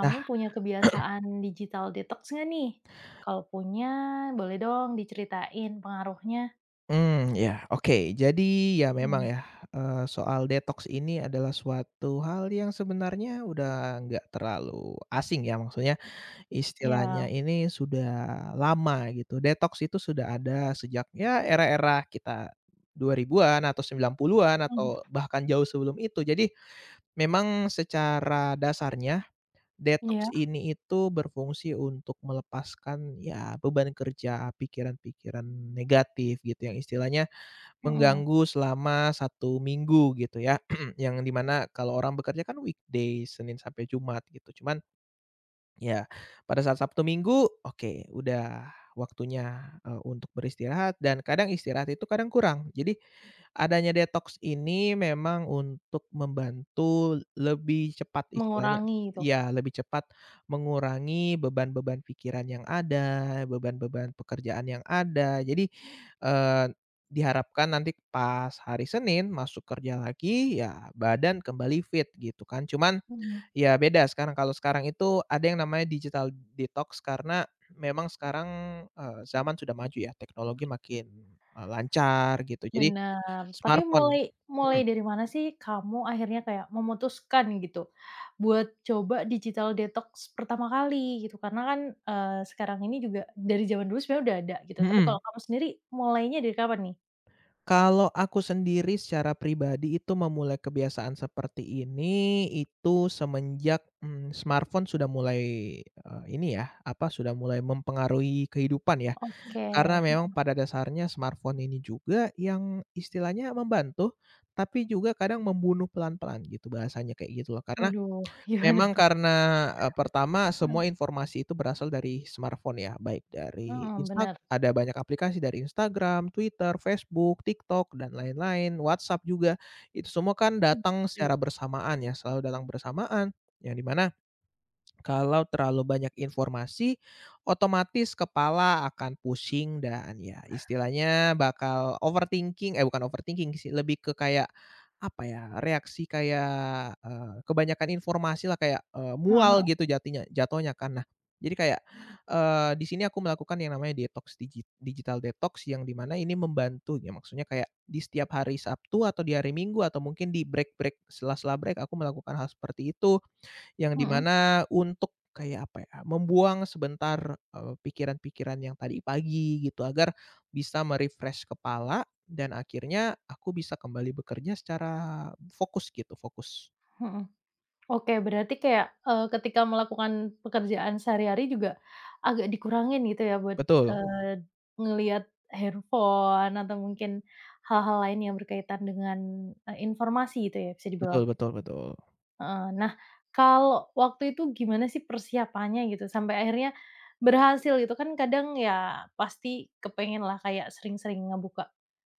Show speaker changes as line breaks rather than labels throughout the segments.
Nah,
punya kebiasaan digital detox nggak nih? Kalau punya, boleh dong diceritain pengaruhnya.
oke. Jadi ya memang
Mmm,
ya, soal detoks ini adalah suatu hal yang sebenarnya udah nggak terlalu asing ya, maksudnya istilahnya
Iya,
ini sudah lama gitu. Detoks itu sudah ada sejak ya era-era kita 2000-an atau 90-an
mhm,
atau bahkan jauh sebelum itu. Jadi memang secara dasarnya detoks
iya.
ini itu berfungsi untuk melepaskan ya beban kerja, pikiran-pikiran negatif gitu yang istilahnya
mhm,
mengganggu selama 1 minggu gitu ya, yang dimana kalau orang bekerja kan weekday, Senin sampai Jumat gitu. Cuman ya pada saat Sabtu Minggu, oke udah waktunya, untuk beristirahat dan kadang istirahat itu kadang kurang. Jadi adanya detox ini memang untuk membantu lebih cepat istilahnya
mengurangi itu.
ya lebih cepat mengurangi beban-beban pikiran yang ada, beban-beban pekerjaan yang ada. Jadi, eee, diharapkan nanti pas hari Senin masuk kerja lagi, ya badan kembali fit gitu kan. Cuman
Mhm.
ya beda sekarang, kalau sekarang itu ada yang namanya digital detox karena memang sekarang, zaman sudah maju ya, teknologi makin, lancar gitu. Jadi
Bener, tapi
smartphone,
mulai
mhm
mulai dari mana sih kamu akhirnya kayak memutuskan gitu buat coba digital detox pertama kali gitu? Karena kan, sekarang ini juga dari zaman dulu sebenarnya udah ada gitu, tapi
mhm.
kalau kamu sendiri mulainya dari kapan nih?
Kalau aku sendiri secara pribadi itu memulai kebiasaan seperti ini, itu semenjak, smartphone sudah mulai, eee, ini ya, apa, sudah mulai mempengaruhi kehidupan ya.
Oke,
Karena memang pada dasarnya smartphone ini juga yang istilahnya membantu, tapi juga kadang membunuh pelan-pelan gitu, bahasanya kayak gitu loh. Karena
waduh, gimana
memang
tuh?
karena, pertama
Mhm.
semua informasi itu berasal dari smartphone ya, baik dari
Mhm,
Insta
bener.
ada banyak aplikasi dari Instagram, Twitter, Facebook, TikTok, dan lain-lain, WhatsApp juga. Itu semua kan datang
Iya.
secara bersamaan ya, selalu datang bersamaan, yang di mana kalau terlalu banyak informasi, otomatis kepala akan pusing dan ya istilahnya bakal overthinking, eh bukan overthinking sih, lebih ke kayak, apa ya, reaksi kayak, kebanyakan informasi lah kayak, mual
Heeh
gitu jatuhnya kan. Nah, jadi kayak, di sini aku melakukan yang namanya detox digi digital detox yang dimana ini membantu ya, maksudnya kayak di setiap hari Sabtu atau di hari Minggu atau mungkin di break-break sela-sela break aku melakukan hal seperti itu. Yang di
heeh
mana untuk kayak apa ya, membuang sebentar, pikiran-pikiran yang tadi pagi gitu agar bisa me-refresh kepala dan akhirnya aku bisa kembali bekerja secara fokus gitu, fokus.
heeh. Oke, berarti kayak, ketika melakukan pekerjaan sehari-hari juga agak dikurangin gitu ya buat,
Betul,
eee, ngelihat handphone atau mungkin hal-hal lain yang berkaitan dengan, informasi gitu ya bisa
betul
dibilang?
betul betul.
Heeh. Nah, kalau waktu itu gimana sih persiapannya gitu sampai akhirnya berhasil gitu? Kan kadang ya pasti kepengen lah kayak sering-sering ngebuka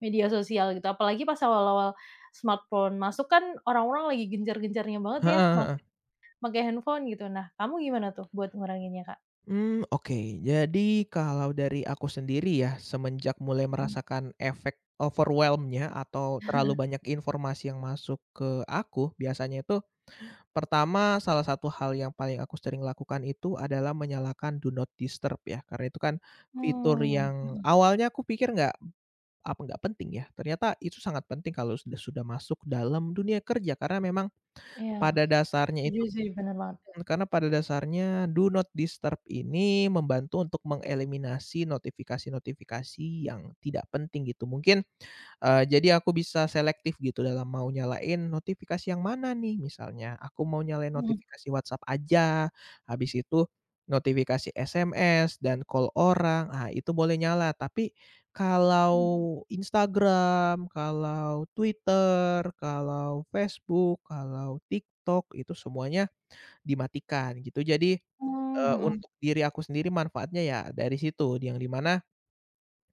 media sosial gitu, apalagi pas awal-awal smartphone masuk kan orang-orang lagi gencar-gencarnya banget
Heeh
ya mak
heeh.
make handphone gitu. Nah, kamu gimana tuh buat nguranginnya, Kak?
Oke. Jadi kalau dari aku sendiri ya, semenjak mulai
Mhm.
merasakan efek overwhelm-nya atau terlalu banyak informasi yang masuk ke aku, biasanya itu pertama, salah satu hal yang paling aku sering lakukan itu adalah menyalakan do not disturb ya, karena itu kan fitur
Mmm,
yang
mhm.
awalnya aku pikir nggak apa, nggak penting ya, ternyata itu sangat penting kalau sudah masuk dalam dunia kerja karena memang
Iya,
pada dasarnya
setuju
itu
sih, bener banget.
karena pada dasarnya do not disturb ini membantu untuk mengeliminasi notifikasi-notifikasi yang tidak penting gitu. Mungkin jadi aku bisa selektif gitu dalam mau nyalain notifikasi yang mana nih, misalnya aku mau nyalain
Mhm.
notifikasi WhatsApp aja, habis itu notifikasi SMS dan call orang, ah, itu boleh nyala. Tapi kalau
Mhm.
Instagram, kalau Twitter, kalau Facebook, kalau TikTok, itu semuanya dimatikan gitu. Jadi,
Mmm, mhm.
untuk diri aku sendiri manfaatnya ya dari situ, yang dimana.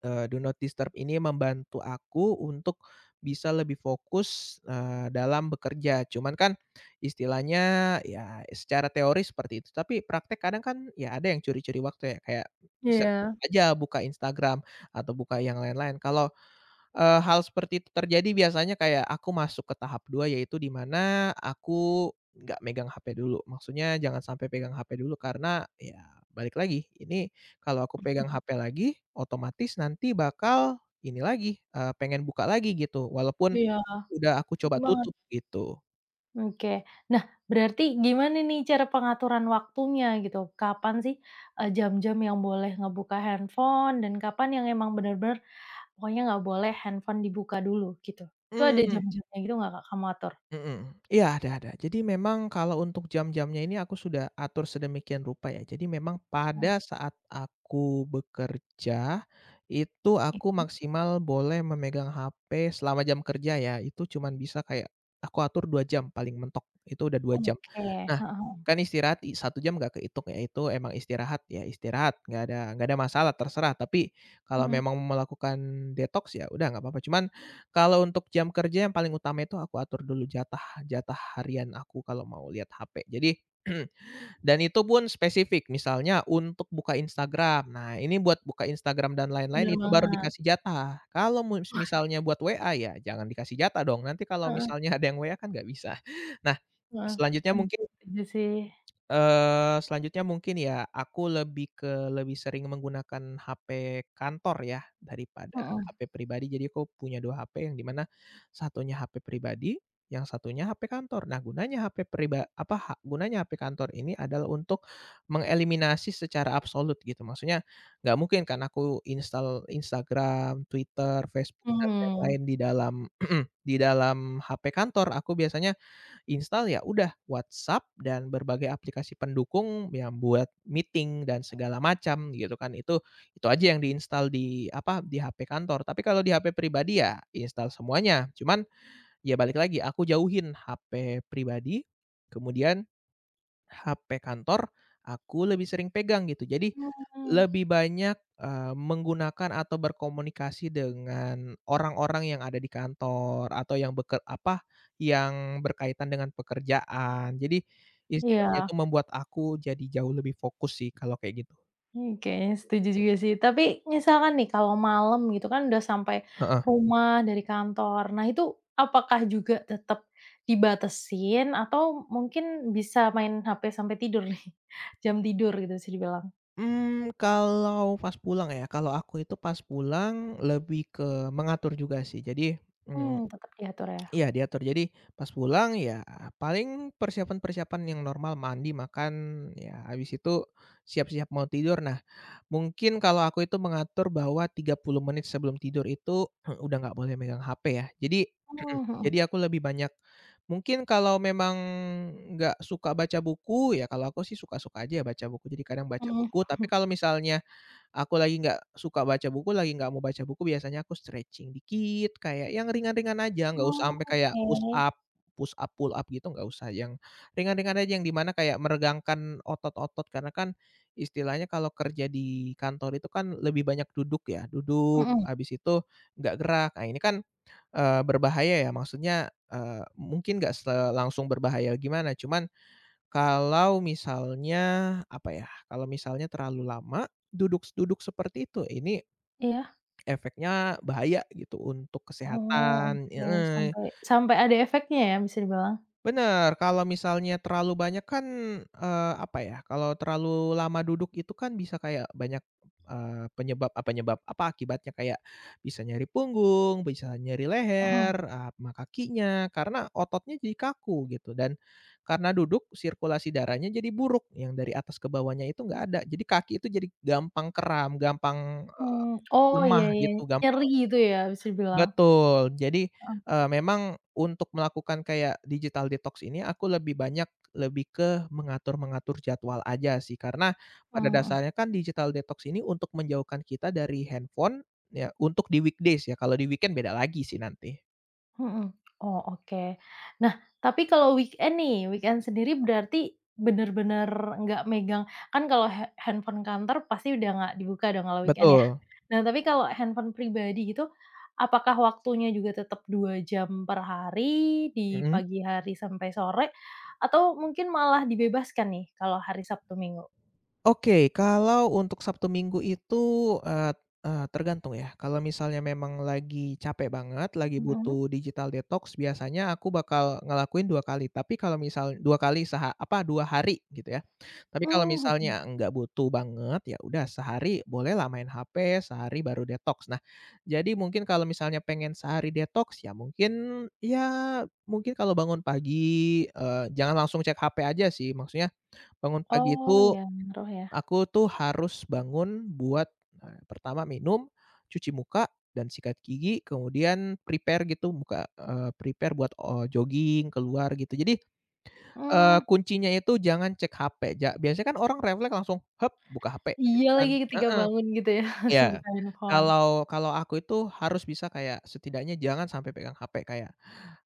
Do not disturb ini membantu aku untuk bisa lebih fokus, dalam bekerja. Cuman kan istilahnya ya secara teori seperti itu, tapi praktek kadang kan ya ada yang curi-curi waktu ya, kayak bisa
Iya.
aja buka Instagram atau buka yang lain-lain. Kalau, hal seperti itu terjadi biasanya kayak aku masuk ke tahap 2 yaitu di mana aku nggak megang HP dulu. Maksudnya jangan sampai pegang HP dulu karena ya balik lagi, ini kalau aku pegang HP lagi, otomatis nanti bakal ini lagi, pengen buka lagi gitu, walaupun
Iya,
udah aku
setuju
coba
banget.
tutup gitu.
Oke. Nah, berarti gimana nih cara pengaturan waktunya gitu? Kapan sih, jam-jam yang boleh ngebuka handphone dan kapan yang emang bener-bener pokoknya nggak boleh handphone dibuka dulu gitu? Itu ada
Mmm.
jam-jamnya gitu nggak, Kak, kamu atur?
Mhm. Iya, ada ada. Jadi memang kalau untuk jam-jamnya ini aku sudah atur sedemikian rupa ya. Jadi memang
Mmm,
pada saat aku bekerja, itu aku
iya.
maksimal boleh memegang HP selama jam kerja ya, itu cuman bisa kayak aku atur 2 jam paling mentok, itu udah 2 jam.
Oke,
Nah,
heeh.
kan istirahat 1 jam nggak kehitung ya, itu emang istirahat ya istirahat, nggak ada masalah terserah, tapi kalau
Mhm,
memang melakukan detox ya udah nggak apa-apa. Cuman kalau untuk jam kerja yang paling utama itu aku atur dulu jatah jatah harian aku kalau mau lihat HP. Jadi dan itu pun spesifik, misalnya untuk buka Instagram. Nah, ini buat buka Instagram dan
bener
lain-lain itu baru
banget.
dikasih jatah. Kalau misalnya buat WA ya jangan dikasih jatah dong, nanti kalau
Heeh
misalnya ada yang WA kan nggak bisa. Nah,
heeh.
selanjutnya mungkin
sih.
Selanjutnya mungkin ya, aku lebih sering menggunakan HP kantor ya, daripada
Mhm.
HP pribadi. Jadi aku punya 2 HP yang di mana satunya HP pribadi, yang satunya HP kantor. Nah, gunanya HP priba apa, ha gunanya HP kantor ini adalah untuk mengeliminasi secara absolut gitu. Maksudnya nggak mungkin kan aku install Instagram, Twitter, Facebook, dan
Mmm.
lain-lain di dalam di dalam HP kantor. Aku biasanya install ya udah WhatsApp dan berbagai aplikasi pendukung yang buat meeting dan segala macam gitu kan. Itu aja yang diinstal di apa, di HP kantor. Tapi kalau di HP pribadi ya install semuanya. Cuman ya balik lagi aku jauhin HP pribadi, kemudian HP kantor, aku lebih sering pegang gitu. Jadi,
Mmm,
lebih banyak, menggunakan atau berkomunikasi dengan orang-orang yang ada di kantor atau yang yang berkaitan dengan pekerjaan. Jadi, istilahnya
iya.
itu membuat aku jadi jauh lebih fokus sih kalau kayak gitu.
Mmm, kayaknya setuju juga sih. Tapi misalkan nih kalau malam gitu kan udah sampai
Heeh.
rumah dari kantor. Nah itu apakah juga tetap dibatasin atau mungkin bisa main HP sampai tidur nih? Jam tidur gitu bisa dibilang?
Kalau pas pulang ya, kalau aku itu pas pulang lebih ke mengatur juga sih. Jadi, mmm
Mmm, tetap diatur ya?
iya diatur. Jadi pas pulang ya paling persiapan-persiapan yang normal, mandi, makan, ya habis itu siap-siap mau tidur. Nah mungkin kalau aku itu mengatur bahwa 30 menit sebelum tidur itu udah nggak boleh megang HP ya. Jadi
Mmm, mhm
jadi aku lebih banyak mungkin kalau memang nggak suka baca buku, ya kalau aku sih suka-suka aja ya baca buku. Jadi kadang baca
mhm.
buku, tapi kalau misalnya aku lagi nggak suka baca buku, lagi nggak mau baca buku, biasanya aku stretching dikit, kayak yang ringan-ringan aja, nggak usah
Oh,
sampai kayak
oke.
push up, pull up gitu nggak usah, yang ringan-ringan aja, yang di mana kayak meregangkan otot-otot. Karena kan istilahnya kalau kerja di kantor itu kan lebih banyak duduk ya, duduk,
Mhm,
habis itu nggak gerak. Nah ini kan, berbahaya ya, maksudnya, mungkin nggak se langsung berbahaya gimana, cuman kalau misalnya, apa ya, kalau misalnya terlalu lama duduk duduk seperti itu, ini
iya?
efeknya bahaya gitu untuk
Oh,
kesehatan
oke.
heeh.
Sampai sampai ada efeknya ya bisa dibilang?
Bener, kalau misalnya terlalu banyak kan, apa ya, kalau terlalu lama duduk itu kan bisa kayak banyak, penyebab, apa, akibatnya kayak bisa nyeri punggung, bisa nyeri
Mhm,
leher, eee, ma kakinya, karena ototnya jadi kaku gitu dan karena duduk sirkulasi darahnya jadi buruk, yang dari atas ke bawahnya itu nggak ada. Jadi kaki itu jadi gampang kram, gampang, eee,
mmm. Oh, iya
lemah
iya.
gitu,
Nyeri
gampang
gitu ya bisa dibilang?
betul. Jadi,
Heeh,
memang untuk melakukan kayak digital detox ini aku lebih banyak lebih ke mengatur-mengatur jadwal aja sih. Karena pada
mmm, mhm.
dasarnya kan digital detox ini untuk menjauhkan kita dari handphone, ya untuk di weekdays ya, kalau di weekend beda lagi sih nanti.
Mhm. Oh, oke. Nah, tapi kalau weekend nih, weekend sendiri berarti bener-bener nggak megang kan kalau handphone kantor pasti udah nggak dibuka dong kalau weekend ya.
Betul,
Nah, tapi kalau handphone pribadi gitu, apakah waktunya juga tetap 2 jam per hari di
mhm.
pagi hari sampai sore, atau mungkin malah dibebaskan nih kalau hari Sabtu Minggu?
Oke, kalau untuk Sabtu Minggu itu, eee eee, tergantung ya. Kalau misalnya memang lagi capek banget, lagi
Mhm.
butuh digital detox, biasanya aku bakal ngelakuin 2 kali. Tapi kalau misal 2 kali seha apa, 2 hari gitu ya. Tapi kalau
Mmm, mhm.
misalnya nggak butuh banget, ya udah sehari bolehlah main HP, sehari baru detox. Nah, jadi mungkin kalau misalnya pengen sehari detox, mungkin kalau bangun pagi, jangan langsung cek HP aja sih. Maksudnya bangun pagi
Oh,
itu
ya ngaruh ya.
aku tuh harus bangun buat, pertama minum, cuci muka, dan sikat gigi, kemudian prepare gitu prepare buat, jogging, keluar gitu. Jadi,
Mmm,
kuncinya itu jangan cek HP, biasanya kan orang refleks langsung, "Hep," buka HP gitu
iya
kan
lagi ketika
heeh,
bangun gitu ya
iya.
langsung handphone.
Kalau kalau aku itu harus bisa kayak setidaknya jangan sampai pegang HP kayak,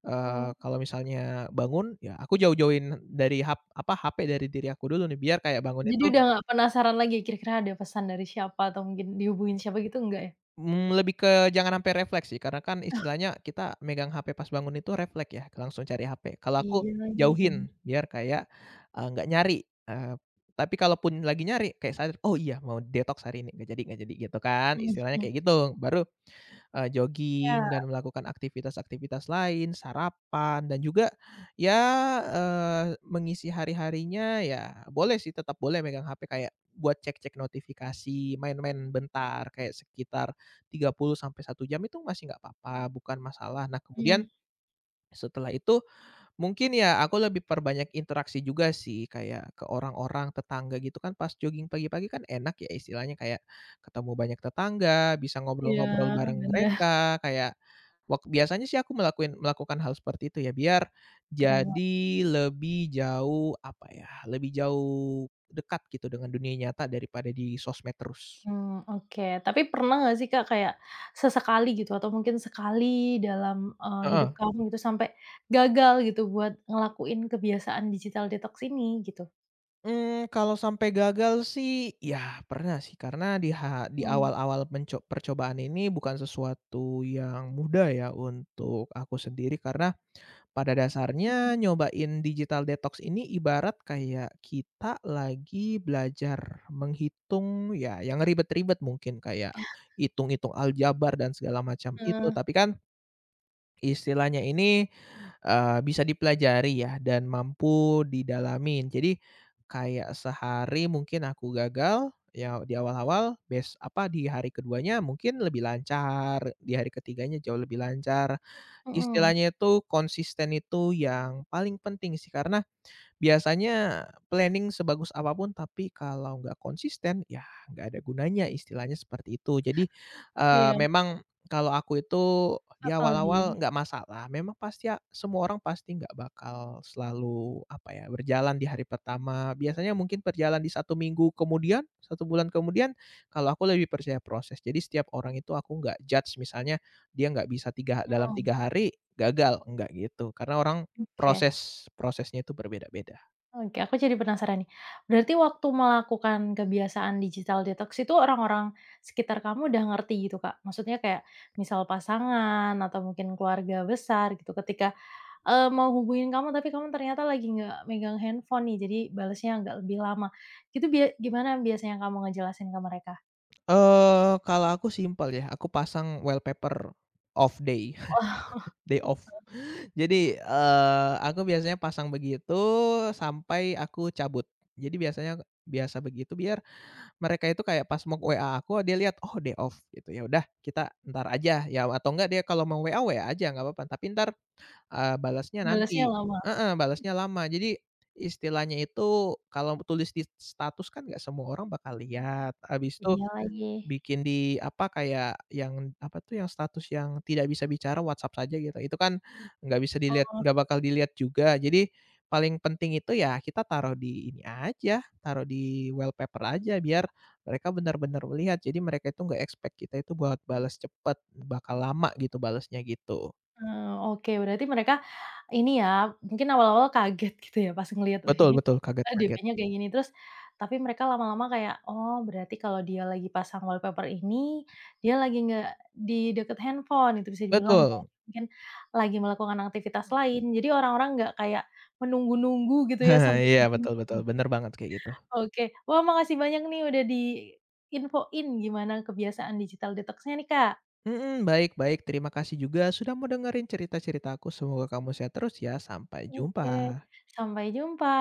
Mmm.
kalau misalnya bangun, ya aku jauh-jauhin dari HP dari diri aku dulu nih biar kayak bangun
Jadi
itu
udah nggak penasaran lagi kira-kira ada pesan dari siapa atau mungkin dihubungin siapa gitu enggak ya?
Lebih ke jangan sampai refleks sih, karena kan istilahnya kita megang HP pas bangun itu refleks ya, langsung cari HP. Kalau aku
Iya lagi bener.
jauhin, biar kayak, nggak nyari, eee, tapi kalaupun lagi nyari kayak sadar, "Oh iya, mau detoks hari ini, nggak jadi," gitu kan, istilahnya
Mhm.
kayak gitu, baru jogging
Iya,
dan melakukan aktivitas-aktivitas lain, sarapan dan juga ya, mengisi hari-harinya ya boleh sih tetap boleh megang HP kayak buat cek-cek notifikasi, main-main bentar kayak sekitar 30 sampai 1 jam itu masih nggak apa-apa, bukan masalah. Nah kemudian
mhm.
setelah itu, mungkin ya aku lebih perbanyak interaksi juga sih, kayak ke orang-orang, tetangga gitu kan pas jogging pagi-pagi kan enak ya istilahnya kayak ketemu banyak tetangga, bisa
Iya
ngobrol-ngobrol bareng
bener,
mereka, kayak biasanya sih aku melakukan hal seperti itu ya, biar
keren banget.
jadi lebih jauh, apa ya, lebih jauh dekat gitu dengan dunia nyata daripada di sosmed terus.
Mmm, oke. Tapi pernah nggak sih Kak kayak sesekali gitu atau mungkin sekali dalam, hidup
Heeh.
kamu gitu sampai gagal gitu buat ngelakuin kebiasaan digital detox ini gitu?
Kalau sampai gagal sih, ya pernah sih karena di
Mhm,
awal-awal percobaan ini bukan sesuatu yang mudah ya untuk aku sendiri karena pada
mhm,
dasarnya nyobain digital detox ini ibarat kayak kita lagi belajar menghitung ya yang ribet-ribet mungkin kayak hitung-hitung aljabar dan segala macam itu,
heeh,
tapi kan istilahnya ini, bisa dipelajari ya dan mampu didalamin. Jadi kayak sehari mungkin aku gagal, ya di awal-awal, di hari keduanya mungkin lebih lancar, di hari ketiganya jauh lebih lancar.
mhm,
Istilahnya itu konsisten itu yang paling penting sih, karena biasanya planning sebagus apapun, tapi kalau nggak konsisten, ya nggak ada gunanya istilahnya seperti itu. Jadi,
iya,
memang kalau aku itu
masuk
di
akal sih,
awal-awal nggak masalah, memang pasti semua orang pasti nggak bakal selalu apa ya, berjalan di hari pertama. Biasanya mungkin berjalan di 1 minggu kemudian, 1 bulan kemudian, kalau aku lebih percaya proses. Jadi setiap orang itu aku nggak judge misalnya dia nggak bisa tiga dalam
mhm,
3 hari gagal, enggak gitu. Karena orang
oke.
prosesnya itu berbeda-beda.
Oke, aku jadi penasaran nih. Berarti waktu melakukan kebiasaan digital detox itu orang-orang sekitar kamu udah ngerti gitu, Kak? Maksudnya kayak misal pasangan atau mungkin keluarga besar gitu ketika, mau hubungin kamu tapi kamu ternyata lagi nggak megang handphone nih, jadi balasnya agak lebih lama. Gitu gimana biasanya kamu ngejelasin ke mereka?
Kalau aku simpel ya, aku pasang wallpaper off day,
Wah,
day off. Jadi, aku biasanya pasang begitu sampai aku cabut. Jadi biasanya biasa begitu biar mereka itu kayak pas mau WA aku dia lihat, "Oh day off," gitu. Ya udah kita entar aja ya atau enggak dia kalau mau WA, WA aja nggak apa-apa, tapi entar, balasnya
balasnya
nanti
lama.
heeh, balasnya lama. Jadi istilahnya itu kalau tulis di status kan nggak semua orang bakal lihat, habis itu
Iya lagi.
bikin di apa, kayak yang apa tuh, yang status yang tidak bisa bicara WhatsApp saja gitu, itu kan nggak bisa dilihat
Oh,
nggak bakal dilihat juga. Jadi paling penting itu ya kita taruh di ini aja, taruh di wallpaper aja biar mereka benar-benar melihat. Jadi mereka itu nggak expect kita itu buat balas cepet, bakal lama gitu balasnya gitu.
heeh, oke berarti mereka. Ini ya, mungkin awal-awal kaget gitu ya pas ngelihat, "Wih,
Betul
ini
betul,
kok kita
kaget-kaget.
DP-nya kayak gini?" Terus tapi mereka lama-lama kayak, "Oh, berarti kalau dia lagi pasang wallpaper ini, dia lagi nggak di deket handphone," itu bisa dibilang kan.
Betul.
Mungkin lagi melakukan aktivitas lain. Jadi orang-orang nggak kayak menunggu-nunggu gitu ya sampai
Iya, betul betul, bener banget kayak gitu.
Oke. Wah, makasih banyak nih udah diinfoin gimana kebiasaan digital detox-nya nih, Kak.
Mhm, baik baik. Terima kasih juga sudah mau dengerin cerita-cerita aku. Semoga kamu sehat terus ya. Sampai jumpa.
Oke, sampai jumpa.